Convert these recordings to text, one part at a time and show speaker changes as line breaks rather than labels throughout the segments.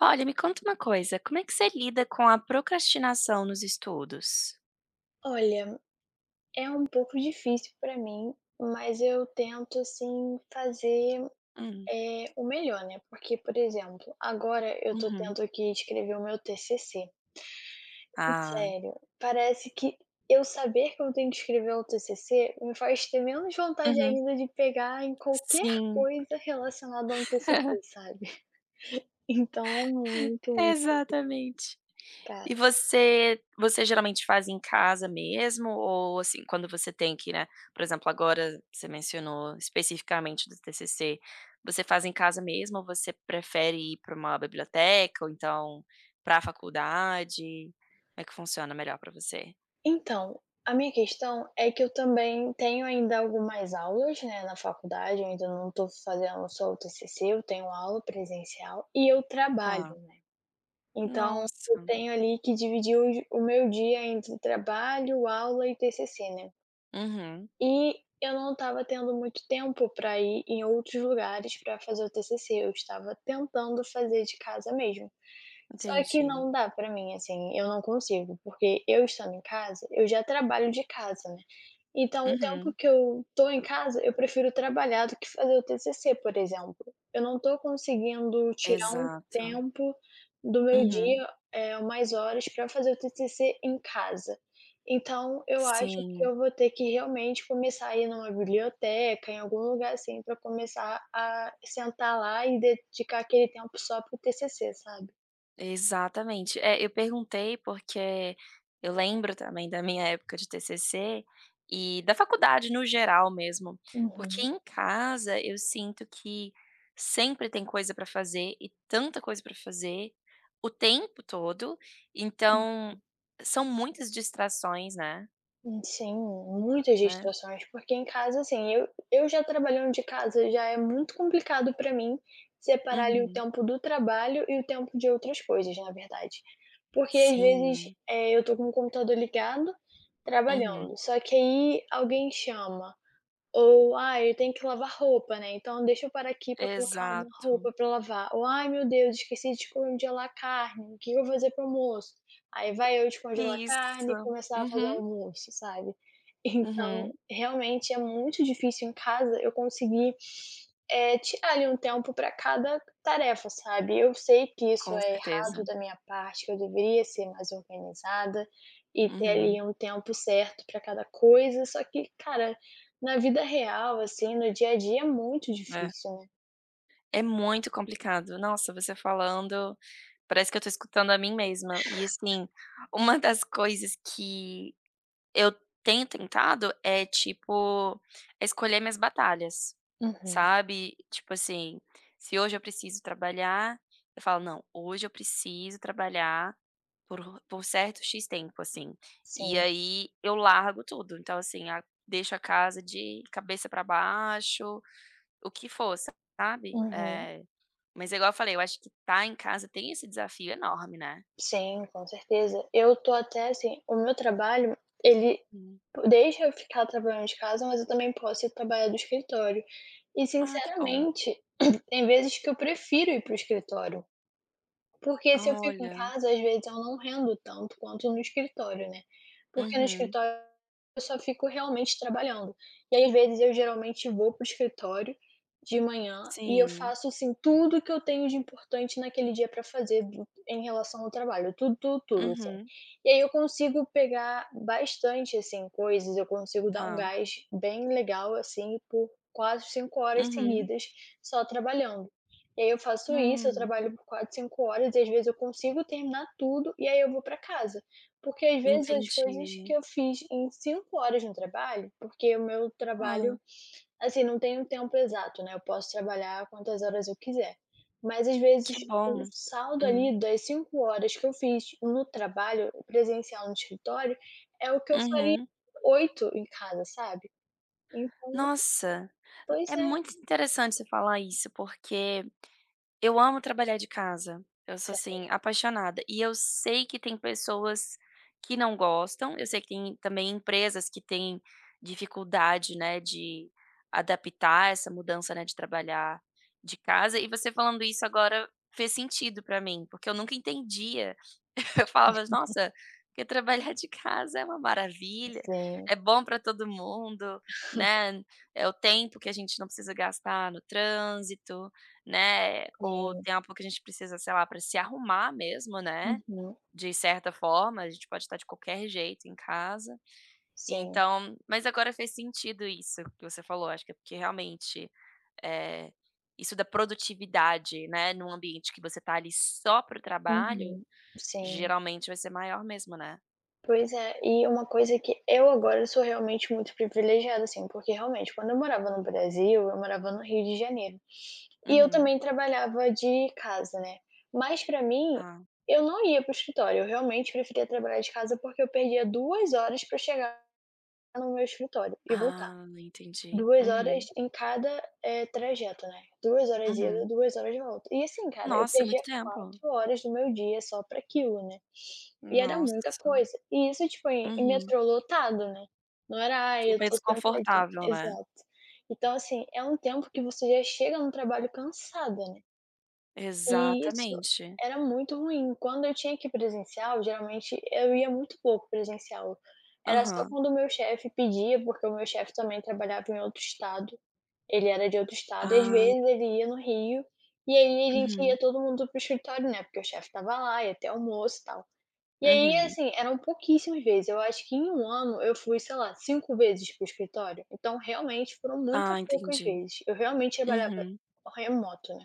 Olha, me conta uma coisa, como é que você lida com a procrastinação nos estudos?
Olha, é um pouco difícil pra mim, mas eu tento, assim, fazer,
Hum,
o melhor, né, porque, por exemplo, agora eu tô
uhum.
tendo que escrever o meu TCC.
Ah,
Sério, parece que eu saber que eu tenho que escrever o TCC me faz ter menos vontade
uhum,
ainda de pegar em qualquer
sim,
coisa relacionada a um TCC, sabe. Então é muito, muito.
exatamente. E você geralmente faz em casa mesmo ou, assim, quando você tem que, né, por exemplo, agora você mencionou especificamente do TCC, você faz em casa mesmo ou você prefere ir para uma biblioteca ou então para a faculdade? Como é que funciona melhor para você?
Então, a minha questão é que eu também tenho ainda algumas aulas, né, na faculdade, eu ainda não estou fazendo só o TCC, eu tenho aula presencial e eu trabalho,
Tá,
né. Então, eu
nossa,
tenho ali que dividir o meu dia entre trabalho, aula e TCC, né.
uhum.
E eu não estava tendo muito tempo para ir em outros lugares para fazer o TCC, eu estava tentando fazer de casa mesmo. Só que
Entendi.
não dá pra mim, assim, eu não consigo, porque eu estando em casa, eu já trabalho de casa, né. Então o tempo
Uhum.
que eu tô em casa, eu prefiro trabalhar do que fazer o TCC, por exemplo. Eu não tô conseguindo tirar um
Exato.
tempo do meu
Uhum.
dia, umas horas pra fazer o TCC em casa. Então eu acho que
Sim,
eu vou ter que realmente começar a ir numa biblioteca, em algum lugar assim, pra começar a sentar lá e dedicar aquele tempo só para o TCC, sabe.
exatamente. É, eu perguntei porque eu lembro também da minha época de TCC e da faculdade no geral mesmo, porque
Uhum.
em casa eu sinto que sempre tem coisa para fazer e tanta coisa para fazer o tempo todo, então são muitas distrações, né,
Sim, muitas
né.
distrações, porque em casa, assim, eu já trabalhando de casa, já é muito complicado pra mim separar ali o
Uhum.
tempo do trabalho e o tempo de outras coisas, na verdade. Porque às vezes,
Sim,
eu tô com o computador ligado,
uhum.
trabalhando, só que aí alguém chama. Ou: ah eu tenho que lavar roupa, né, então deixa eu parar aqui pra colocar uma
Exato.
roupa pra lavar". Ou: "Ai, meu Deus, esqueci de descongelar a carne, o que eu vou fazer para almoço?". Aí vai eu descongelar a carne e
Isso.
começar a fazer
Uhum,
almoço, sabe.
uhum.
Então, realmente é muito difícil em casa eu conseguir, tirar ali um tempo para cada tarefa, sabe. Eu sei que isso
Com
é errado
certeza.
da minha parte, que eu deveria ser mais organizada e ter
Uhum.
ali um tempo certo para cada coisa, só que, cara, na vida real, assim, no dia a dia é muito
É.
difícil, né.
É muito complicado. Nossa, você falando, parece que eu tô escutando a mim mesma. E assim, uma das coisas que eu tenho tentado é, tipo, escolher minhas batalhas,
Uhum.
sabe? Tipo assim, se hoje eu preciso trabalhar, eu falo: "Não, hoje eu preciso trabalhar por certo X tempo, assim". E
Sim.
aí eu largo tudo, então assim, a deixo a casa de cabeça para baixo, o que for, sabe.
Uhum.
Mas é igual eu falei, eu acho que estar em casa tem esse desafio enorme, né.
Sim, com certeza. Eu tô até assim, o meu trabalho, ele
Hum.
deixa eu ficar trabalhando de casa, mas eu também posso ir trabalhar do escritório. E
Ah, que bom.
sinceramente, tem vezes que eu prefiro ir para o escritório. Porque se eu fico em
Olha.
casa, às vezes eu não rendo tanto quanto no escritório, né. Porque no
Uhum.
escritório eu só fico realmente trabalhando. E aí, às vezes, eu geralmente vou pro escritório de manhã e eu
Sim.
faço, assim, tudo que eu tenho de importante naquele dia para fazer do em relação ao trabalho, tudo, tudo, tudo, assim.
Uhum.
E aí eu consigo pegar bastante, assim, coisas, eu consigo dar um
Tá.
gás bem legal, assim, por quase 5 horas
Uhum.
seguidas só trabalhando. E aí eu faço isso, eu
Hum.
trabalho por 4 5 horas e às vezes eu consigo terminar tudo e aí eu vou para casa. Porque às vezes as coisas que
Entendi.
eu fiz em 5 horas no trabalho, porque o meu trabalho,
Ah,
assim, não tem um tempo exato, né, eu posso trabalhar quantas horas eu quiser. Mas às vezes
que
o
bom.
saldo
Hum.
ali das 5 horas que eu fiz no trabalho presencial no escritório é o que eu faria
Uhum.
8 em casa, sabe. Então
Nossa,
pois
é
é.
muito interessante você falar isso, porque eu amo trabalhar de casa. Eu sou, assim, apaixonada. E eu sei que tem pessoas que não gostam, eu sei que tem também empresas que têm dificuldade, né, de adaptar essa mudança, né, de trabalhar de casa. E você falando isso agora fez sentido pra mim, porque eu nunca entendia. Eu falava: "Nossa, porque trabalhar de casa é uma maravilha,
Sim,
é bom pra todo mundo, né, é o tempo que a gente não precisa gastar no trânsito, né, ou o
sim.
tempo que a gente precisa, sei lá, para se arrumar mesmo, né,
Uhum,
de certa forma, a gente pode estar de qualquer jeito em casa".
sim.
Então mas agora fez sentido isso que você falou, acho que é porque realmente, é isso da produtividade, né, num ambiente que você tá ali só pro trabalho,
Uhum, sim.
geralmente vai ser maior mesmo, né.
Pois é, e uma coisa que eu agora sou realmente muito privilegiada, assim, porque realmente quando eu morava no Brasil, eu morava no Rio de Janeiro, e eu
Uhum.
também trabalhava de casa, né, mas pra mim,
Tá.
eu não ia pro escritório, eu realmente preferia trabalhar de casa, porque eu perdia 2 horas pra chegar no meu escritório e voltar.
Ah, entendi.
2 horas
Uhum,
em cada, trajeto, né. 2 horas ida,
uhum.
2 horas volta. E assim, cara, eu
Nossa, é
perdia
muito tempo.
4 horas do meu dia só pra aquilo, né. E era muita
Nossa.
coisa. E isso, tipo, em
Uhum.
metrô lotado, né. Não era: "Ai, eu
Super
tô sentadinha".
desconfortável, né.
Exato. Então, assim, é um tempo que você já chega no trabalho cansada, né. E isso
Exatamente.
era muito ruim. Quando eu tinha que ir presencial, geralmente eu ia muito pouco presencial. Era só
Aham.
quando o meu chefe pedia, porque o meu chefe também trabalhava em outro estado. Ele era de outro estado e às
Ah,
vezes ele ia no Rio, e aí a gente ia
uhum,
todo mundo pro escritório, né, porque o chefe estava lá, ia ter almoço e tal. E aí,
uhum.
assim, eram pouquíssimas vezes, eu acho que em um ano eu fui, sei lá, 5 vezes para o escritório, então realmente foram muito
Ah,
poucas
entendi.
vezes, eu realmente trabalhava
Uhum.
remoto, né.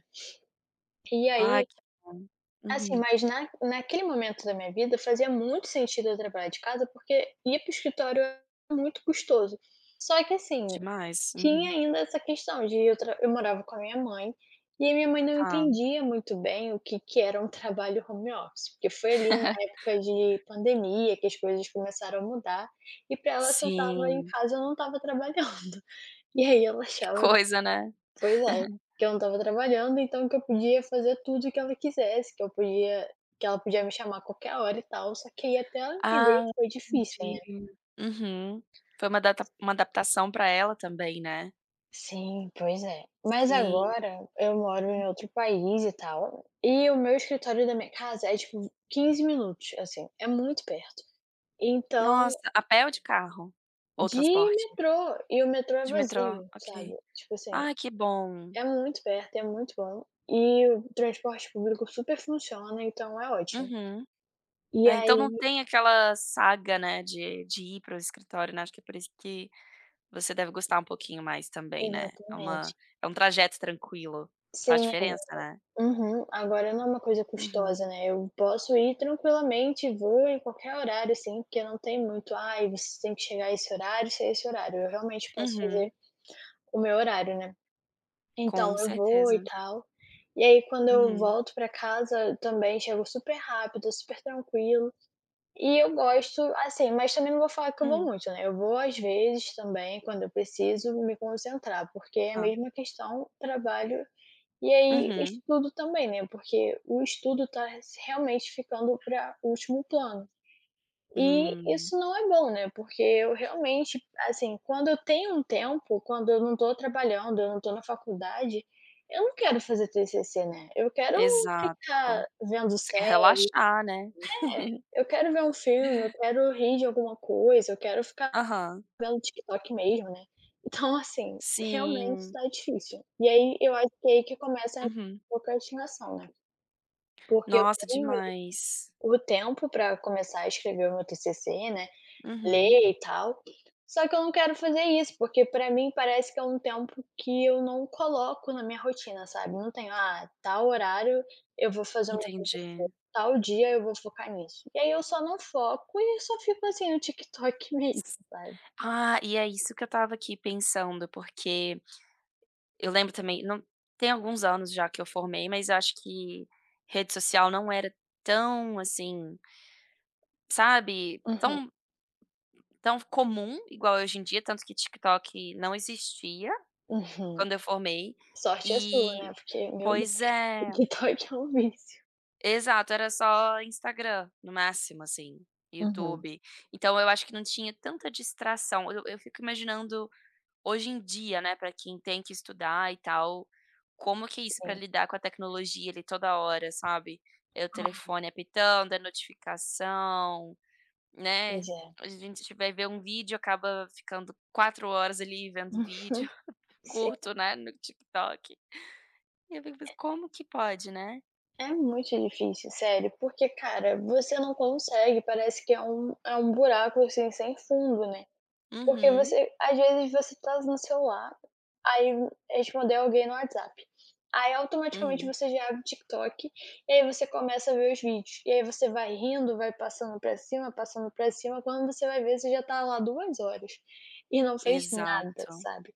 E
Ai,
aí,
que bom.
assim,
Uhum.
mas na naquele momento da minha vida fazia muito sentido eu trabalhar de casa, porque ir para o escritório é muito custoso. Só que assim,
Demais.
tinha
Uhum.
ainda essa questão de eu morava com a minha mãe, e a minha mãe não
Tá.
entendia muito bem o que que era um trabalho home office, porque foi ali na época de pandemia que as coisas começaram a mudar, e para ela se eu estava em
Sim.
casa eu não estava trabalhando. E aí ela
Que
achava que
coisa, né?
pois é, que eu não estava trabalhando, então que eu podia fazer tudo o que ela quisesse, que eu podia que ela podia me chamar a qualquer hora e tal, só que aí até ela entender
Ah,
foi difícil, né.
entendi. Uhum. Foi uma data uma adaptação para ela também, né?
Sim, pois é. Mas
Sim.
agora eu moro em outro país e tal, e o meu escritório da minha casa é, tipo, 15 minutos, assim, é muito perto. Então,
Nossa, a pé ou de carro? Ou
de
transporte?
metrô, e o metrô é
De metrô?
vazio, sabe.
Ok.
Tipo assim,
Ai, que bom.
é muito perto, é muito bom, e o transporte público super funciona, então é ótimo.
Uhum.
E
Ah, então
aí
não tem aquela saga, né, de ir para o escritório, né, acho que é por isso que você deve gostar um pouquinho mais também, né. É
exatamente.
uma é um trajeto tranquilo, faz
Sim,
diferença, né.
uhum. Agora não é uma coisa
Uhum,
custosa, né, eu posso ir tranquilamente, vou em qualquer horário, assim, porque não tem muito: "Ai, você tem que chegar a esse horário, ser esse horário", eu realmente posso
uhum,
fazer o meu horário, né.
com
Então eu vou e
certeza.
tal, e aí quando eu
Uhum,
volto pra casa também chego super rápido, super tranquilo, e eu gosto, assim, mas também não vou falar que eu vou
hum,
muito, né, eu vou às vezes também, quando eu preciso me concentrar, porque é a
tá.
mesma questão trabalho e aí,
Uhum,
estudo também, né? Porque o estudo está realmente ficando para último plano. E
hum,
isso não é bom, né? Porque eu realmente, assim, quando eu tenho um tempo, quando eu não estou trabalhando, eu não estou na faculdade, eu não quero fazer TCC, né? Eu quero
exato.
ficar vendo
Você quer
série,
relaxar, né.
eu quero ver um filme, eu quero rir de alguma coisa, eu quero ficar
Aham,
vendo TikTok mesmo, né? Então, assim, realmente
sim,
está difícil. E aí eu acho que é aí que começa a
uhum.
procrastinação, né? Porque eu
Nossa,
tenho ali
demais.
o tempo para começar a escrever o meu TCC, né,
Uhum,
ler e tal, só que eu não quero fazer isso, porque para mim parece que é um tempo que eu não coloco na minha rotina, sabe, não tenho: "Ah, tal horário eu vou fazer o meu TCC,
entendi.
tal dia eu vou focar nisso". E aí eu só não foco e só fico assim no TikTok mesmo, sabe.
Ah, e é isso que eu estava aqui pensando, porque eu lembro também, não tem alguns anos já que eu formei, mas acho que rede social não era tão assim, sabe,
Uhum,
tão comum igual é hoje em dia, tanto que TikTok não existia
uhum.
quando eu formei
Sorte é sua, né,
e
porque, meu Deus,
pois é,
TikTok é um vício.
exato, era só Instagram, no máximo, assim,
Uhum.
YouTube. Então eu acho que não tinha tanta distração. Eu fico imaginando hoje em dia, né, para quem tem que estudar e tal, como que é isso para
Sim,
lidar com a tecnologia ali toda hora, sabe? É o telefone apitando, é notificação, né?
pois é.
A gente vai ver um vídeo, acaba ficando 4 horas ali vendo
Uhum.
vídeo curto, né, no TikTok. E eu fico pensando: "Como que pode, né?".
É muito difícil, sério, porque, cara, você não consegue, parece que é um buraco, assim, sem fundo, né. Porque
Uhum,
você às vezes você tá no celular, aí responder alguém no WhatsApp, aí automaticamente
uhum.
você já abre o TikTok, e aí você começa a ver os vídeos, e aí você vai rindo, vai passando pra cima, quando você vai ver você já tá lá 2 horas, e não fez nada,
Exato,
sabe.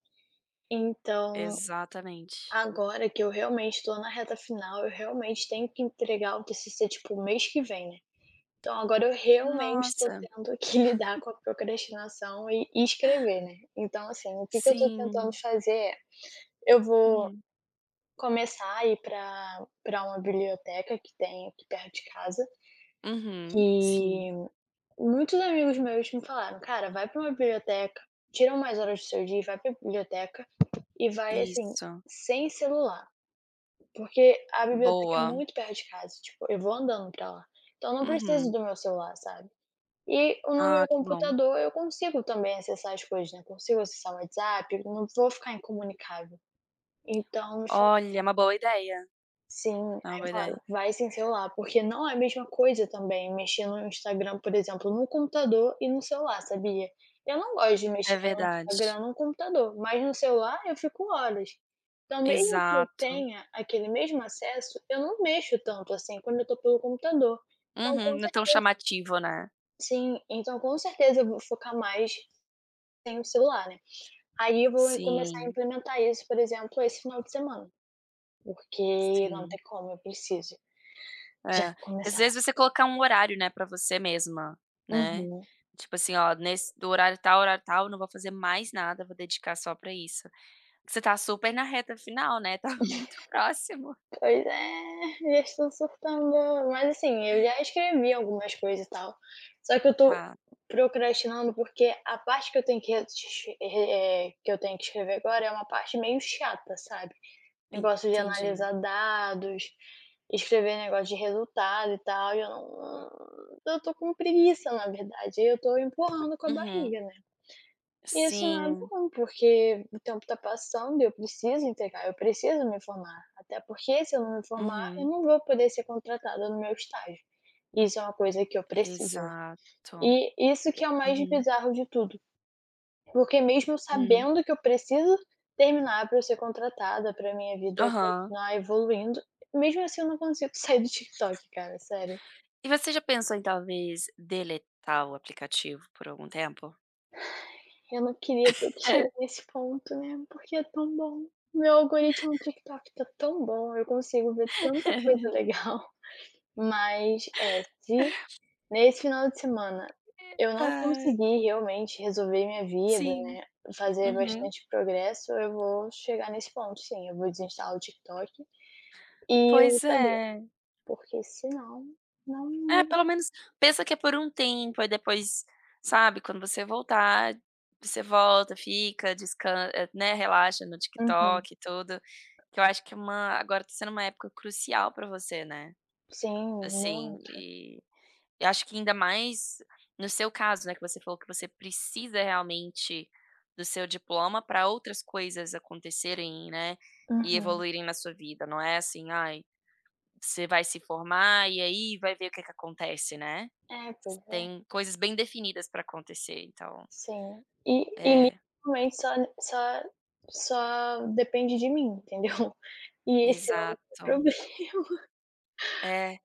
Então
exatamente.
agora que eu realmente tô na reta final, eu realmente tenho que entregar o TCC, tipo, o mês que vem, né. Então agora eu realmente tô
Nossa,
tendo que lidar com a procrastinação e escrever, né. Então, assim, o que que eu tô tentando
sim.
fazer é, eu vou
Uhum,
começar a ir pra uma biblioteca que tem aqui perto de casa,
uhum, sim,
que muitos amigos meus me falaram: "Cara, vai pra uma biblioteca, tira umas horas do seu dia e vai pra biblioteca e vai, assim,
isso.
sem celular". Porque a biblioteca é
Boa.
muito perto de casa, tipo, eu vou andando pra lá, então eu não preciso
Uhum.
do meu celular, sabe. E no
Ah,
meu
que bom.
computador eu consigo também acessar as coisas, né, consigo acessar o WhatsApp, não vou ficar incomunicável. Então me.
Olha, é uma boa ideia,
Sim,
é uma
aí
boa ideia.
fala: "Vai sem celular", porque não é a mesma coisa também mexer no Instagram, por exemplo, no computador e no celular, sabia? Eu não gosto de mexer
É
no Instagram
verdade.
no computador, mas no celular eu fico horas. Então mesmo que eu
Exato.
tenha aquele mesmo acesso, eu não mexo tanto assim quando eu tô pelo computador. Então
Uhum,
com
não é
cer
tão chamativo, né.
sim, então com certeza eu vou focar mais sem o celular, né. Aí eu vou começar a
Sim,
implementar isso, por exemplo, esse final de semana, porque não tem
sim.
como, eu preciso já
É. Às
começar.
vezes você colocar um horário, né, pra você mesma, né.
Uhum.
Tipo assim: "Ó, nesse do horário tal, não vou fazer mais nada, vou dedicar só pra isso". Você tá super na reta final, né, tá muito próximo.
Pois é, já estou surtando. Mas, assim, eu já escrevi algumas coisas e tal, só que eu tô
Tá,
procrastinando, porque a parte que eu tenho que que eu tenho que escrever agora é uma parte meio chata, sabe. Negócio de
entendi.
analisar dados, escrever negócio de resultado e tal, e eu não eu tô com preguiça, na verdade, e eu tô empurrando com a
Uhum.
barriga, né. Isso não é
Sim.
bom, porque o tempo está passando e eu preciso entregar, eu preciso me formar. Até porque se eu não me formar, eu
Uhum.
não vou poder ser contratada no meu estágio. Isso é uma coisa que eu preciso, né.
Exato.
E isso que é o mais
Uhum.
bizarro de tudo, porque mesmo
Hum.
sabendo que eu preciso terminar para eu ser contratada, para minha vida
Aham.
continuar evoluindo, mesmo assim eu não consigo sair do TikTok, cara, sério.
E você já pensou em talvez deletar o aplicativo por algum tempo?
Eu não queria ter que chegar nesse ponto, né, porque é tão bom. Meu algoritmo do TikTok tá tão bom, eu consigo ver tanta coisa legal, mas, é, se nesse final de semana eu não
Ai,
conseguir realmente resolver minha vida,
sim.
né, fazer
Uhum.
bastante progresso, eu vou chegar nesse ponto sim, eu vou desinstalar o TikTok e o
Pois
Instagram,
é.
porque senão não
É,
vai
pelo
dar.
menos pensa que é por um tempo, aí depois, sabe, quando você voltar, você volta, fica, descansa né, relaxa no
Uhum.
TikTok e tudo, que eu acho que é uma agora tá sendo uma época crucial pra você, né,
Sim,
assim,
muito.
e eu acho que ainda mais no seu caso, né, que você falou que você precisa realmente do seu diploma para outras coisas acontecerem, né, e
Uhum.
evoluírem na sua vida, não é assim: "Ai, você vai se formar e aí vai ver o que que acontece", né.
É, pois é.
Tem coisas bem definidas para acontecer, então
Sim. E
É,
literalmente só depende de mim, entendeu. E esse é o meu
exato.
problema.
É,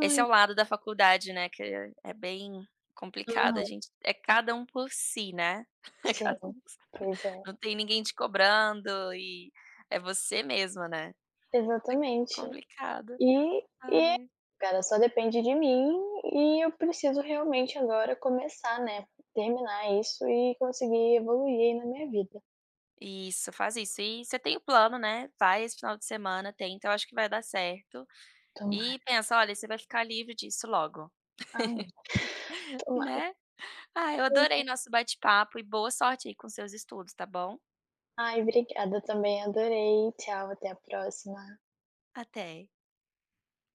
esse é o lado da faculdade, né, que é bem complicado,
Aham.
a gente é cada um por si, né. É
Sim.
cada um.
Pois é.
Não tem ninguém te cobrando e é você mesma, né.
Exatamente.
Complicado.
E é
Ai.
cara, só depende de mim e eu preciso realmente agora começar, né, terminar isso e conseguir evoluir aí na minha vida.
Isso, faz isso. E você tem o plano, né, vai esse final de semana, tenta, eu acho que vai dar certo. E
Tomara.
pensa: "Olha, você vai ficar livre disso logo",
Amém. Tomara.
né. Ah, eu adorei nosso bate-papo e boa sorte aí com seus estudos, tá bom?
Ai, obrigada também, adorei. Tchau, até a próxima.
Até.